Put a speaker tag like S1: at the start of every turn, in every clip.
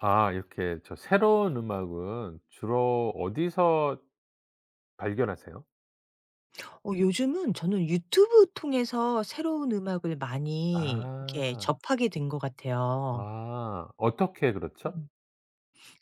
S1: 아, 이렇게 저 새로운 음악은 주로 어디서 발견하세요?
S2: 요즘은 저는 유튜브 통해서 새로운 음악을 많이 이렇게
S1: 아.
S2: 접하게 된 것 같아요.
S1: 아, 어떻게 그렇죠?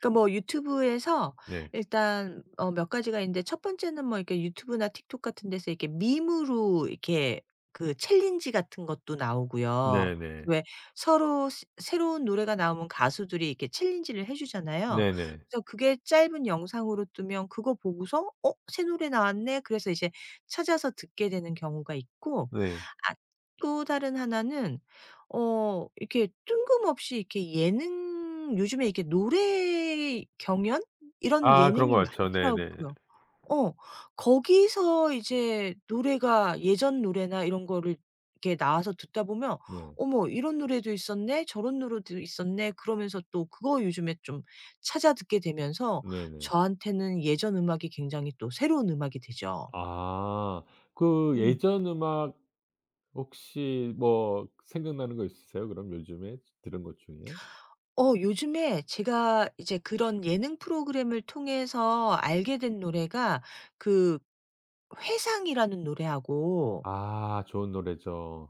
S2: 그러니까 뭐 유튜브에서
S1: 네.
S2: 일단 몇 가지가 있는데, 첫 번째는 뭐 이렇게 유튜브나 틱톡 같은 데서 이렇게 밈으로 이렇게 그 챌린지 같은 것도 나오고요.
S1: 네네.
S2: 왜, 서로 새 새로운 노래가 나오면 가수들이 이렇게 챌린지를 해 주잖아요.
S1: 네네.
S2: 그래서 그게 짧은 영상으로 뜨면 그거 보고서 '어 새 노래 나왔네.' 그래서 이제 찾아서 듣게 되는 경우가 있고,
S1: 네.
S2: 아 또 다른 하나는 이렇게 뜬금없이 이렇게 예능, 요즘에 이렇게 노래 경연 이런
S1: 아, 그런
S2: 예능이
S1: 거맞죠 네네.
S2: 많더라고요. 어. 거기서 이제 노래가 예전 노래나 이런 거를 이렇게 나와서 듣다 보면
S1: 네,
S2: '어머 이런 노래도 있었네. 저런 노래도 있었네.' 그러면서 또 그거 요즘에 좀 찾아 듣게 되면서
S1: 네네.
S2: 저한테는 예전 음악이 굉장히 또 새로운 음악이 되죠.
S1: 아. 그
S2: 음.
S1: 예전 음악 혹시 뭐 생각나는 거 있으세요? 그럼 요즘에 들은 것 중에?
S2: 요즘에 제가 이제 그런 예능 프로그램을 통해서 알게 된 노래가 그 회상이라는 노래하고,
S1: 아, 좋은 노래죠.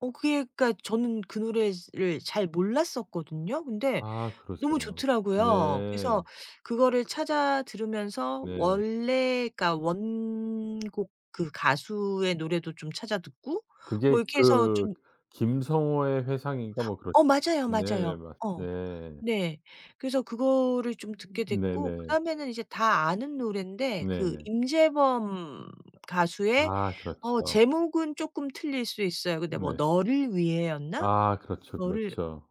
S2: 그게, 그러니까 저는 그 노래를 잘 몰랐었거든요. 근데
S1: 아,
S2: 너무
S1: 그러세요.
S2: 좋더라고요. 그래서
S1: 네.
S2: 그거를 찾아 들으면서
S1: 네.
S2: 원래, 그러니까 원곡, 그 가수의 노래도 좀 찾아 듣고,
S1: 그게
S2: 뭐 이렇게 해서
S1: 그
S2: 좀.
S1: 김성호의 회상인가 뭐 그렇.
S2: 맞아요, 맞아요.
S1: 네, 맞,
S2: 어.
S1: 네.
S2: 네. 그래서 그거를 좀 듣게 됐고,
S1: 네네.
S2: 그다음에는 이제 다 아는 노랜데, 그
S1: 네네.
S2: 임재범 가수의.
S1: 아, 그렇죠.
S2: 제목은 쪼끔 틀릴 수 있어요. 근데 뭐
S1: 네.
S2: '너를 위해'였나?
S1: 아, 그렇죠,
S2: 너를
S1: 그렇죠.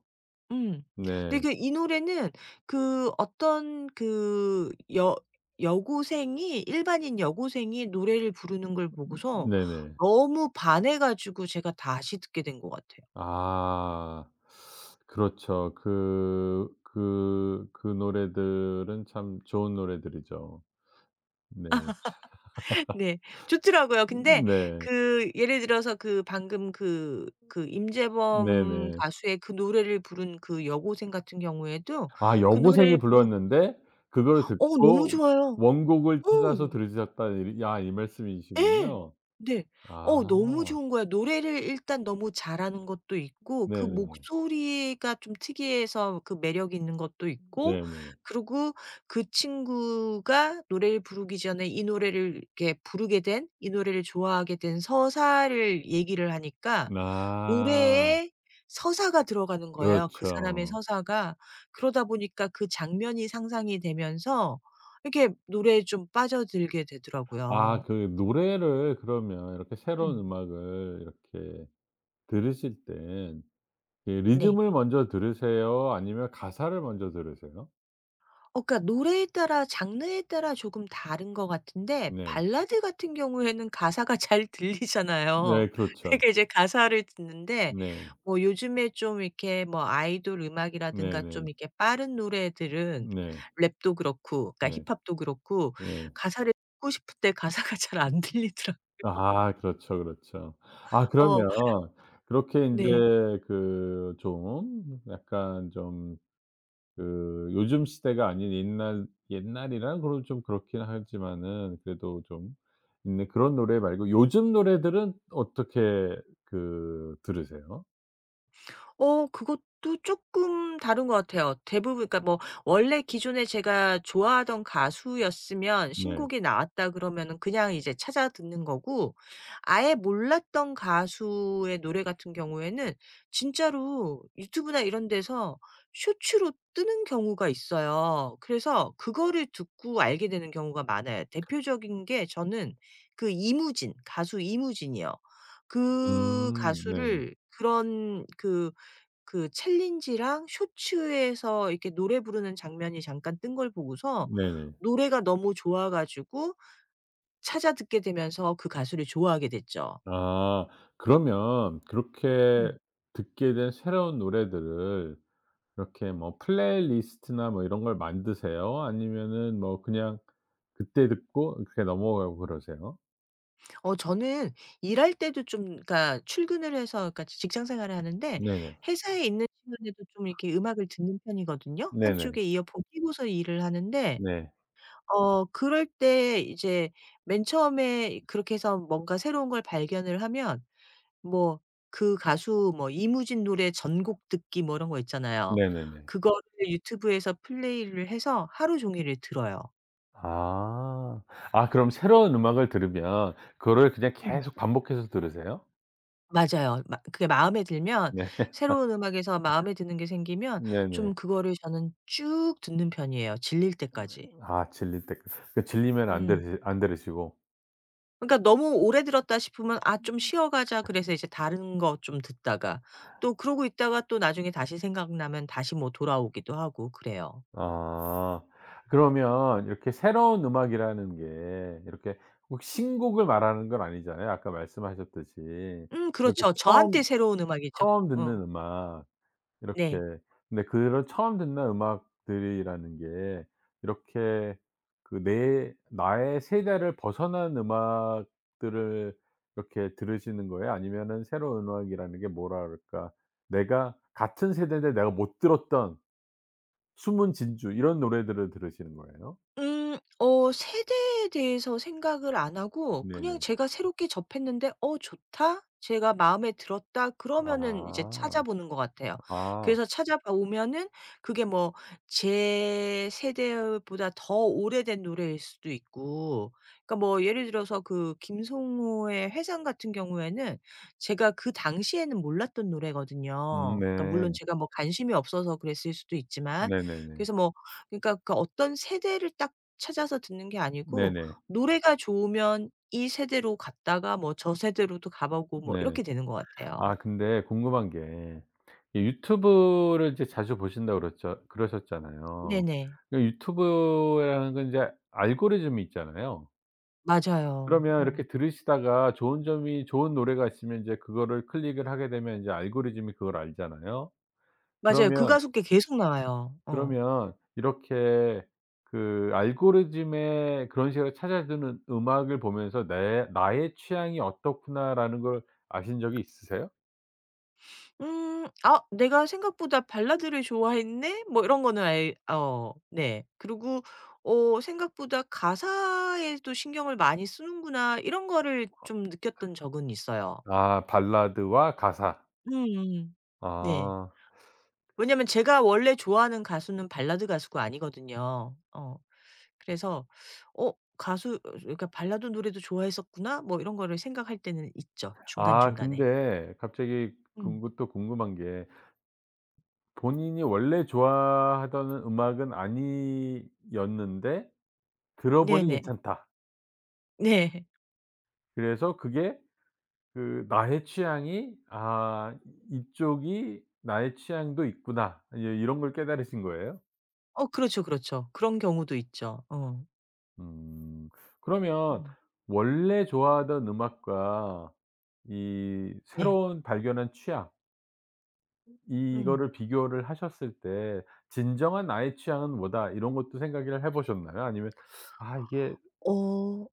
S2: 음.
S1: 네.
S2: 근데 그 이 노래는, 그 어떤 그 여 여고생이 일반인 여고생이 노래를 부르는 걸 보고서
S1: 네네.
S2: 너무 반해 가지고 제가 다시 듣게 된 것 같아요.
S1: 아. 그렇죠. 그 노래들은 참 좋은 노래들이죠. 네.
S2: 네. 좋더라고요. 근데
S1: 네.
S2: 그 예를 들어서 그 방금 그 임재범
S1: 네네.
S2: 가수의 그 노래를 부른 그 여고생 같은 경우에도,
S1: 아,
S2: 그 노래를
S1: 여고생이
S2: 부르
S1: 불렀는데 그걸
S2: 어 너무
S1: 듣고
S2: 좋아요.
S1: 원곡을 찾아서
S2: 어.
S1: 들으셨다는 이, 아, 이
S2: 예.
S1: 말씀이시군요.
S2: 네. 너무
S1: 아.
S2: 좋은 거야. 노래를 일단 너무 잘하는 것도 있고, 그
S1: 네네.
S2: 목소리가 좀 특이해서 그 매력이 있는 것도 있고.
S1: 네네.
S2: 그리고 그 친구가 노래를 부르기 전에 이 노래를 좋아하게 된 서사를 얘기를 하니까
S1: 아,
S2: 노래에 서사가 들어가는 거예요, 그 사람의
S1: 그렇죠.
S2: 서사가. 그러다 보니까 그 장면이 상상이 되면서 이렇게 노래에 좀 빠져들게
S1: 아,
S2: 되더라고요.
S1: 그 노래를. 그러면 이렇게 새로운
S2: 음.
S1: 음악을 이렇게 들으실 땐 그
S2: 네.
S1: 리듬을 먼저 들으세요? 아니면 가사를 먼저 들으세요?
S2: 그러니까 노래에 따라, 장르에 따라 조금 다른 것 같은데,
S1: 네.
S2: 발라드 같은 경우에는 가사가 잘 들리잖아요.
S1: 네, 그렇죠.
S2: 그러니까 이제 가사를 듣는데,
S1: 네.
S2: 뭐 요즘에 좀 이렇게 뭐 아이돌 음악이라든가 좀
S1: 네네.
S2: 이렇게 빠른 노래들은
S1: 네.
S2: 랩도 그렇고, 그러니까
S1: 네.
S2: 힙합도 그렇고,
S1: 네.
S2: 가사를 듣고 싶을 때 가사가 잘 안 들리더라.
S1: 아, 그렇죠, 그렇죠. 아,
S2: 어
S1: 그러면 그렇게 인제
S2: 네.
S1: 그 좀 약간 좀, 그 요즘 시대가 아닌 옛날 옛날이라 그런좀 그렇긴 하지만은 그래도 좀 있는 그런 노래 말고 요즘 노래들은 어떻게 그 들으세요?
S2: 그것도 조금 다른 것 같아요. 대부분 그러니까 뭐 원래 기존에 제가 좋아하던 가수였으면
S1: 네.
S2: 신곡이 나왔다 그러면은 그냥 이제 찾아 듣는 거고, 아예 몰랐던 가수의 노래 같은 경우에는 진짜로 유튜브나 이런 데서 쇼츠로 뜨는 경우가 있어요. 그래서 그거를 듣고 알게 되는 경우가 많아요. 대표적인 게 저는 그 이무진, 가수 이무진이요. 그
S1: 음, 네.
S2: 가수를 그런 그 챌린지랑 쇼츠에서 이렇게 노래 부르는 장면이 잠깐 뜬 걸 보고서
S1: 네네.
S2: 노래가 너무 좋아 가지고 찾아 듣게 되면서 그 가수를 좋아하게 됐죠.
S1: 아, 그러면 그렇게
S2: 음.
S1: 듣게 된 새로운 노래들을 이렇게 뭐 플레이리스트나 뭐 이런 걸 만드세요? 아니면은 뭐 그냥 그때 듣고 그렇게 넘어가고 그러세요?
S2: 저는 일할 때도 좀, 그러니까 출근을 해서, 그러니까 직장 생활을 하는데
S1: 네네.
S2: 회사에 있는 시간에도 좀 이렇게 음악을 듣는 편이거든요.
S1: 네네.
S2: 한쪽에 이어폰 끼고서 일을 하는데,
S1: 네,
S2: 그럴 때 이제 맨 처음에 그렇게 해서 뭔가 새로운 걸 발견을 하면, 뭐 그 가수 뭐 이무진 노래 전곡 듣기 뭐 이런 거 있잖아요.
S1: 네네네.
S2: 그거를 유튜브에서 플레이를 해서 하루 종일을 들어요.
S1: 아. 아, 그럼 새로운 음악을 들으면 그거를 그냥
S2: 음.
S1: 계속 반복해서 들으세요?
S2: 맞아요. 마 그게 마음에 들면,
S1: 네.
S2: 새로운 음악에서 마음에 드는 게 생기면 좀
S1: 네네.
S2: 그거를 저는 쭉 듣는 편이에요, 질릴 때까지.
S1: 아, 질릴 때까지. 그 질리면 안
S2: 음.
S1: 들으시 안 들으시고.
S2: 그러니까 너무 오래 들었다 싶으면 '아 좀 쉬어 가자.' 그래서 이제 다른 거 좀 듣다가 또, 그러고 있다가 또 나중에 다시 생각나면 다시 뭐 돌아오기도 하고 그래요.
S1: 아. 그러면 이렇게 새로운 음악이라는 게 이렇게 꼭 신곡을 말하는 건 아니잖아요. 아까 말씀하셨듯이. 이렇게
S2: 그렇죠. 저한테
S1: 처음
S2: 새로운 음악이죠.
S1: 처음
S2: 어.
S1: 듣는 음악 이렇게.
S2: 네.
S1: 근데 그런 처음 듣는 음악들이라는 게 이렇게 그 내 나의 세대를 벗어난 음악들을 이렇게 들으시는 거예요? 아니면은 새로운 음악이라는 게 뭐라 그럴까? 내가 같은 세대인데 내가 못 들었던 숨은 진주 이런 노래들을 들으시는 거예요?
S2: 음. 세대에 대해서 생각을 안 하고 그냥
S1: 네네.
S2: 제가 새롭게 접했는데 '어 좋다. 제가 마음에 들었다.' 그러면은 이제
S1: 아.
S2: 찾아보는 것 같아요.
S1: 아.
S2: 그래서 찾아보면은 그게 뭐 제 세대보다 더 오래된 노래일 수도 있고, 그러니까 뭐 예를 들어서 그 김성호의 회상 같은 경우에는 제가 그 당시에는 몰랐던 노래거든요.
S1: 음,
S2: 그러니까 물론
S1: 네.
S2: 제가 뭐 관심이 없어서 그랬을 수도 있지만,
S1: 네네네.
S2: 그래서 뭐, 그러니까 그 어떤 세대를 딱 찾아서 듣는 게 아니고,
S1: 네네.
S2: 노래가 좋으면 이 세대로 갔다가 뭐 저 세대로도 가 보고 뭐
S1: 네.
S2: 이렇게 되는 것 같아요.
S1: 아, 근데 궁금한 게, 이 유튜브를 이제 자주 보신다고 그랬죠 그러셨잖아요.
S2: 네네.
S1: 그 유튜브라는 건 이제 알고리즘이 있잖아요.
S2: 맞아요.
S1: 그러면
S2: 어.
S1: 이렇게 들으시다가 좋은 노래가 있으면 이제 그거를 클릭을 하게 되면 이제 알고리즘이 그걸 알잖아요.
S2: 맞아요. 그
S1: 그러면
S2: 가수께 계속 나와요. 어.
S1: 그러면 이렇게 그 알고리즘에 그런 식으로 찾아주는 음악을 보면서 '내 나의 취향이 어떻구나.'라는 걸 아신 적이 있으세요?
S2: '아 내가 생각보다 발라드를 좋아했네.' 뭐 이런 거는 알 어 네. 그리고 '생각보다 가사에도 신경을 많이 쓰는구나.' 이런 거를 좀 느꼈던 적은 있어요.
S1: 아, 발라드와 가사.
S2: 음음. 네.
S1: 아.
S2: 왜냐면 제가 원래 좋아하는 가수는 발라드 가수가 아니거든요. 어. 그래서 '어 가수 어 그러니까 발라드 노래도 좋아했었구나.' 뭐 이런 거를 생각할 때는 있죠,
S1: 아,
S2: 중간중간에.
S1: 근데 갑자기
S2: 음.
S1: 궁금 또 궁금한 게, 본인이 원래 좋아하던 음악은 아니었는데 들어 보니
S2: 네네.
S1: 괜찮다.
S2: 네.
S1: 그래서 그게 그 나의 취향이 '아, 이쪽이 나의 취향도 있구나.' 예, 이런 걸 깨달으신 거예요?
S2: 그렇죠, 그렇죠. 그런 경우도 있죠. 어.
S1: 음. 그러면
S2: 음.
S1: 원래 좋아하던 음악과 이
S2: 네.
S1: 새로운 발견한 취향,
S2: 음.
S1: 이거를 비교를 하셨을 때 '진정한 나의 취향은 뭐다.' 이런 것도 생각을 해 보셨나요? 아니면 아 이게.
S2: 어.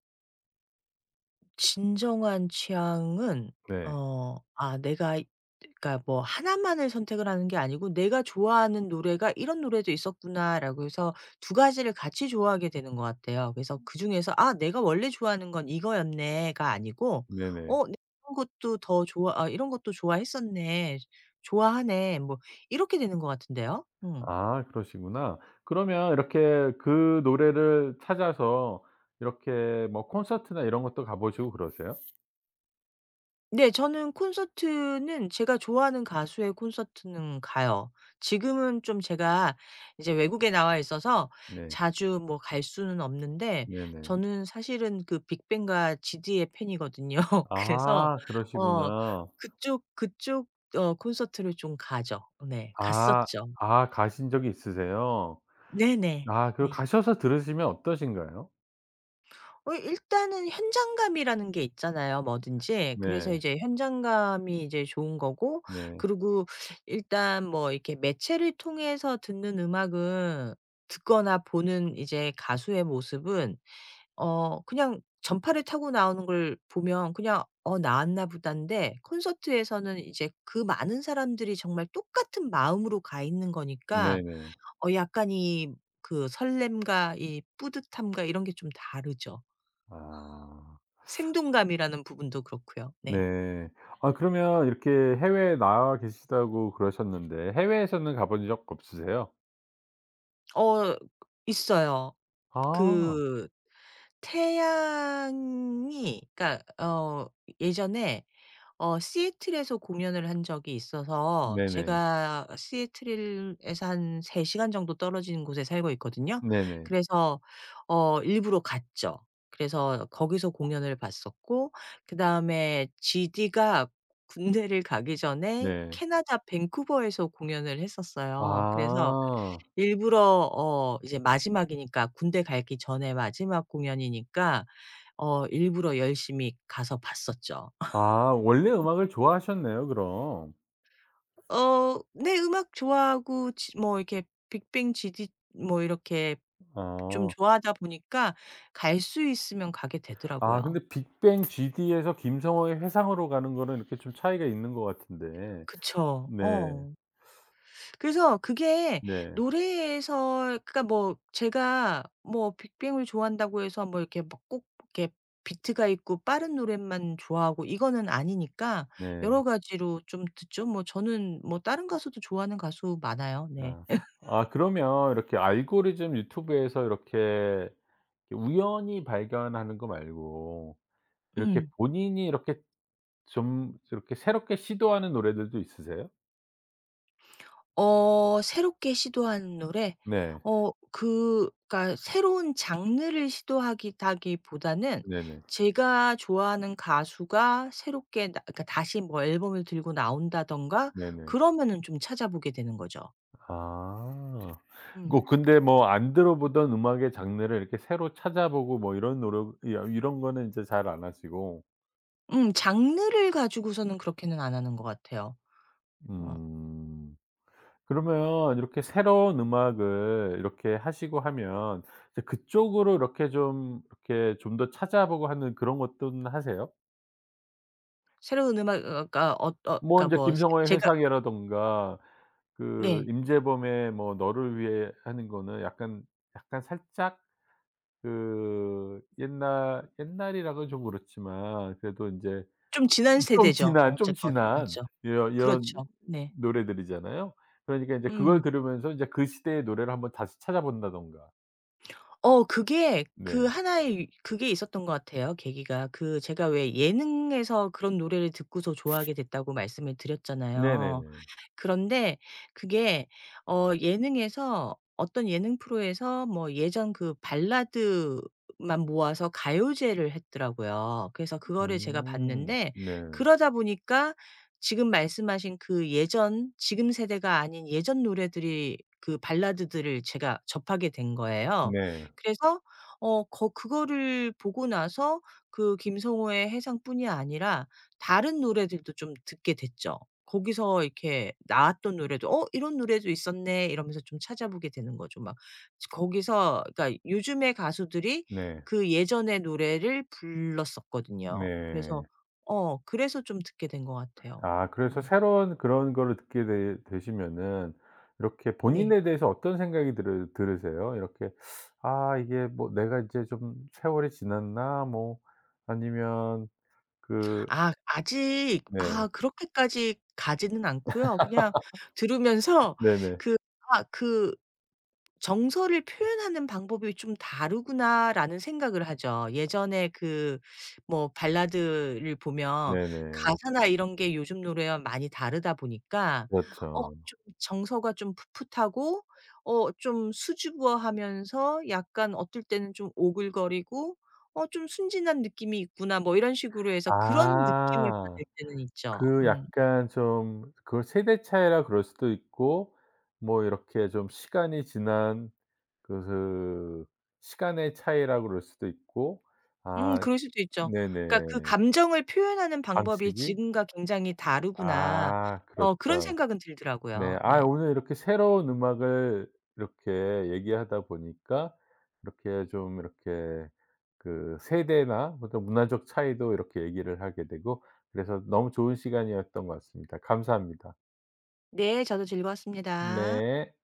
S2: 진정한 취향은
S1: 네.
S2: 어 아 내가 이 그러니까 뭐 하나만을 선택을 하는 게 아니고 '내가 좋아하는 노래가 이런 노래도 있었구나.'라고 해서 두 가지를 같이 좋아하게 되는 것 같아요. 그래서 그중에서 '아 내가 원래 좋아하는 건 이거였네.'가 아니고
S1: 네네.
S2: 내가 이런 것도 더 좋아 아 이런 것도 좋아했었네. 좋아하네.' 뭐 이렇게 되는 것 같은데요. 음.
S1: 아, 그러시구나. 그러면 이렇게 그 노래를 찾아서 이렇게 뭐 콘서트나 이런 것도 가 보시고 그러세요?
S2: 네. 저는 콘서트는, 제가 좋아하는 가수의 콘서트는 가요. 지금은 좀 제가 이제 외국에 나와 있어서
S1: 네.
S2: 자주 뭐 갈 수는 없는데,
S1: 네네.
S2: 저는 사실은 그 빅뱅과 지디의 팬이거든요. 그래서
S1: 아,
S2: 어
S1: 그러시구나.
S2: 그쪽, 콘서트를 좀 가죠. 네.
S1: 아.
S2: 갔었죠.
S1: 아, 가신 적이 있으세요?
S2: 네네.
S1: 아, 그
S2: 네.
S1: 가셔서 들으시면 어떠신가요?
S2: 일단은 현장감이라는 게 있잖아요, 뭐든지. 그래서
S1: 네.
S2: 이제 현장감이 이제 좋은 거고,
S1: 네.
S2: 그리고 일단 뭐 이렇게 매체를 통해서 듣는 음악은, 듣거나 보는 이제 가수의 모습은, 그냥 전파를 타고 나오는 걸 보면 그냥 '어 나왔나 보다.'인데, 콘서트에서는 이제 그 많은 사람들이 정말 똑같은 마음으로 가 있는 거니까
S1: 네네.
S2: 약간 이 그 설렘과 이 뿌듯함과 이런 게 좀 다르죠.
S1: 아.
S2: 생동감이라는 부분도 그렇고요. 네.
S1: 네. 아, 그러면 이렇게 해외에 나와 계시다고 그러셨는데 해외에서는 가본 적 없으세요?
S2: 어 있어요.
S1: 아.
S2: 그 태양이, 그러니까 예전에 시애틀에서 공연을 한 적이 있어서,
S1: 네네.
S2: 제가 시애틀에서 한 3시간 정도 떨어진 곳에 살고 있거든요.
S1: 네네.
S2: 그래서 일부러 갔죠. 그래서 거기서 공연을 봤었고, 그다음에 GD가 군대를 가기 전에
S1: 네.
S2: 캐나다 밴쿠버에서 공연을 했었어요. 그래서
S1: 아.
S2: 일부러 이제 마지막이니까, 군대 가기 전에 마지막 공연이니까 일부러 열심히 가서 봤었죠.
S1: 아, 원래 음악을 좋아하셨네요 그럼.
S2: 네. 음악 좋아하고 지 뭐 이렇게, 빅뱅 GD 뭐 이렇게 좀
S1: 어.
S2: 좋아하다 보니까 갈 수 있으면 가게
S1: 아,
S2: 되더라고요.
S1: 근데 빅뱅 GD에서 김성호의 회상으로 가는 거는 이렇게 좀 차이가 있는 것 같은데.
S2: 그쵸.
S1: 네.
S2: 어. 그래서 그게
S1: 네.
S2: 노래에서, 그러니까 뭐 제가 뭐 빅뱅을 좋아한다고 해서 뭐 이렇게 막 꼭 이렇게 비트가 있고 빠른 노래만 좋아하고 이거는 아니니까
S1: 네.
S2: 여러 가지로 좀 듣죠. 뭐 저는 뭐 다른 가수도 좋아하는 가수 많아요. 네.
S1: 아. 아, 그러면 이렇게 알고리즘 유튜브에서 이렇게 우연히 발견하는 거 말고 이렇게
S2: 음.
S1: 본인이 이렇게 좀 이렇게 새롭게 시도하는 노래들도 있으세요?
S2: 새롭게 시도하는 노래?
S1: 네.
S2: 그, 그러니까 새로운 장르를 시도하기 다기보다는
S1: 네네.
S2: 제가 좋아하는 가수가 새롭게 나 그러니까 다시 뭐 앨범을 들고 나온다든가
S1: 네네.
S2: 그러면은 좀 찾아보게 되는 거죠.
S1: 아. 뭐
S2: 음.
S1: 근데 뭐 안 들어보던 음악의 장르를 이렇게 새로 찾아보고 뭐 이런 노력 이 이런 거는 인제 잘 안 하시고.
S2: 장르를 가지고서는 그렇게는 안 하는 것 같아요. 어.
S1: 음. 그러면 이렇게 새로운 음악을 이렇게 하시고 하면 이제 그쪽으로 이렇게 좀 이렇게 좀 더 찾아보고 하는 그런 것도 하세요?
S2: 새로운 음악, 그러니까
S1: 뭐 인제
S2: 뭐
S1: 김성호의
S2: 제가
S1: 회상이라든가 그
S2: 네.
S1: 임재범의 뭐 너를 위해 하는 거는 약간 약간 살짝 그 옛날 옛날이라고는 좀 그렇지만 그래도 인제
S2: 좀 지난
S1: 좀
S2: 세대죠.
S1: 지난 좀
S2: 어쨌건
S1: 지난
S2: 맞죠.
S1: 이런 이런
S2: 그렇죠. 네.
S1: 노래들이잖아요. 그러니까 인제 그걸
S2: 음.
S1: 들으면서 이제 그 시대의 노래를 한번 다시 찾아본다든가.
S2: 그게 그
S1: 네.
S2: 하나의 그게 있었던 것 같아요, 계기가. 그 제가 왜 예능에서 그런 노래를 듣고서 좋아하게 됐다고 말씀을 드렸잖아요.
S1: 네네네.
S2: 그런데 그게 예능에서 어떤 예능 프로에서 뭐 예전 그 발라드만 모아서 가요제를 했더라고요. 그래서 그거를 제가
S1: 음.
S2: 봤는데,
S1: 네.
S2: 그러다 보니까 지금 말씀하신 그 예전, 지금 세대가 아닌 예전 노래들이 그 발라드들을 제가 접하게 된 거예요.
S1: 네.
S2: 그래서 어 거 그거를 보고 나서 그 김성호의 해상뿐이 아니라 다른 노래들도 좀 듣게 됐죠. 거기서 이렇게 나왔던 노래도 '어 이런 노래도 있었네.' 이러면서 좀 찾아보게 되는 거죠. 막 거기서, 그러니까 요즘의 가수들이
S1: 네.
S2: 그 예전의 노래를 불렀었거든요. 그래서
S1: 네.
S2: 그래서 좀 듣게 된 것 같아요.
S1: 아, 그래서
S2: 음
S1: 새로운 그런 거를 듣게 되 되시면은 이렇게
S2: 네.
S1: 본인에 대해서 어떤 생각이 들으세요? 이렇게, '아, 이게 뭐 내가 이제 좀 세월이 지났나?' 뭐, 아니면 그.
S2: 아 아직 아
S1: 네.
S2: 그렇게까지 가지는 않고요. 그냥 들으면서
S1: 네네.
S2: 그아그 정서를 표현하는 방법이 좀 다르구나라는 생각을 하죠. 예전에 그 뭐 발라드를 보면
S1: 네네.
S2: 가사나 이런 게 요즘 노래와 많이 다르다 보니까
S1: 그렇죠.
S2: 좀 정서가 좀 풋풋하고, 좀 수줍어하면서 약간 어떨 때는 좀 오글거리고 '어 좀 순진한 느낌이 있구나.' 뭐 이런 식으로 해서 그런 느낌을
S1: 아.
S2: 받을 때는 있죠.
S1: 그
S2: 음.
S1: 약간 좀 그 세대 차이라 그럴 수도 있고 뭐 이렇게 좀 시간이 지난 그 그 시간의 차이라 그럴 수도 있고. 아.
S2: 그럴 수도 있죠. 그러니까
S1: 네네.
S2: '그 감정을 표현하는 방법이
S1: 방식이?
S2: 지금과 굉장히 다르구나.'
S1: 아,
S2: 그런
S1: 그렇죠.
S2: 생각은
S1: 네.
S2: 들더라고요.
S1: 아,
S2: 네.
S1: 오늘 이렇게 새로운 음악을 이렇게 얘기하다 보니까 이렇게 좀 이렇게 그 세대나 어떤 문화적 차이도 이렇게 얘기를 하게 되고 그래서 너무 좋은 시간이었던 것 같습니다. 감사합니다.
S2: 네. 저도 즐거웠습니다.
S1: 네.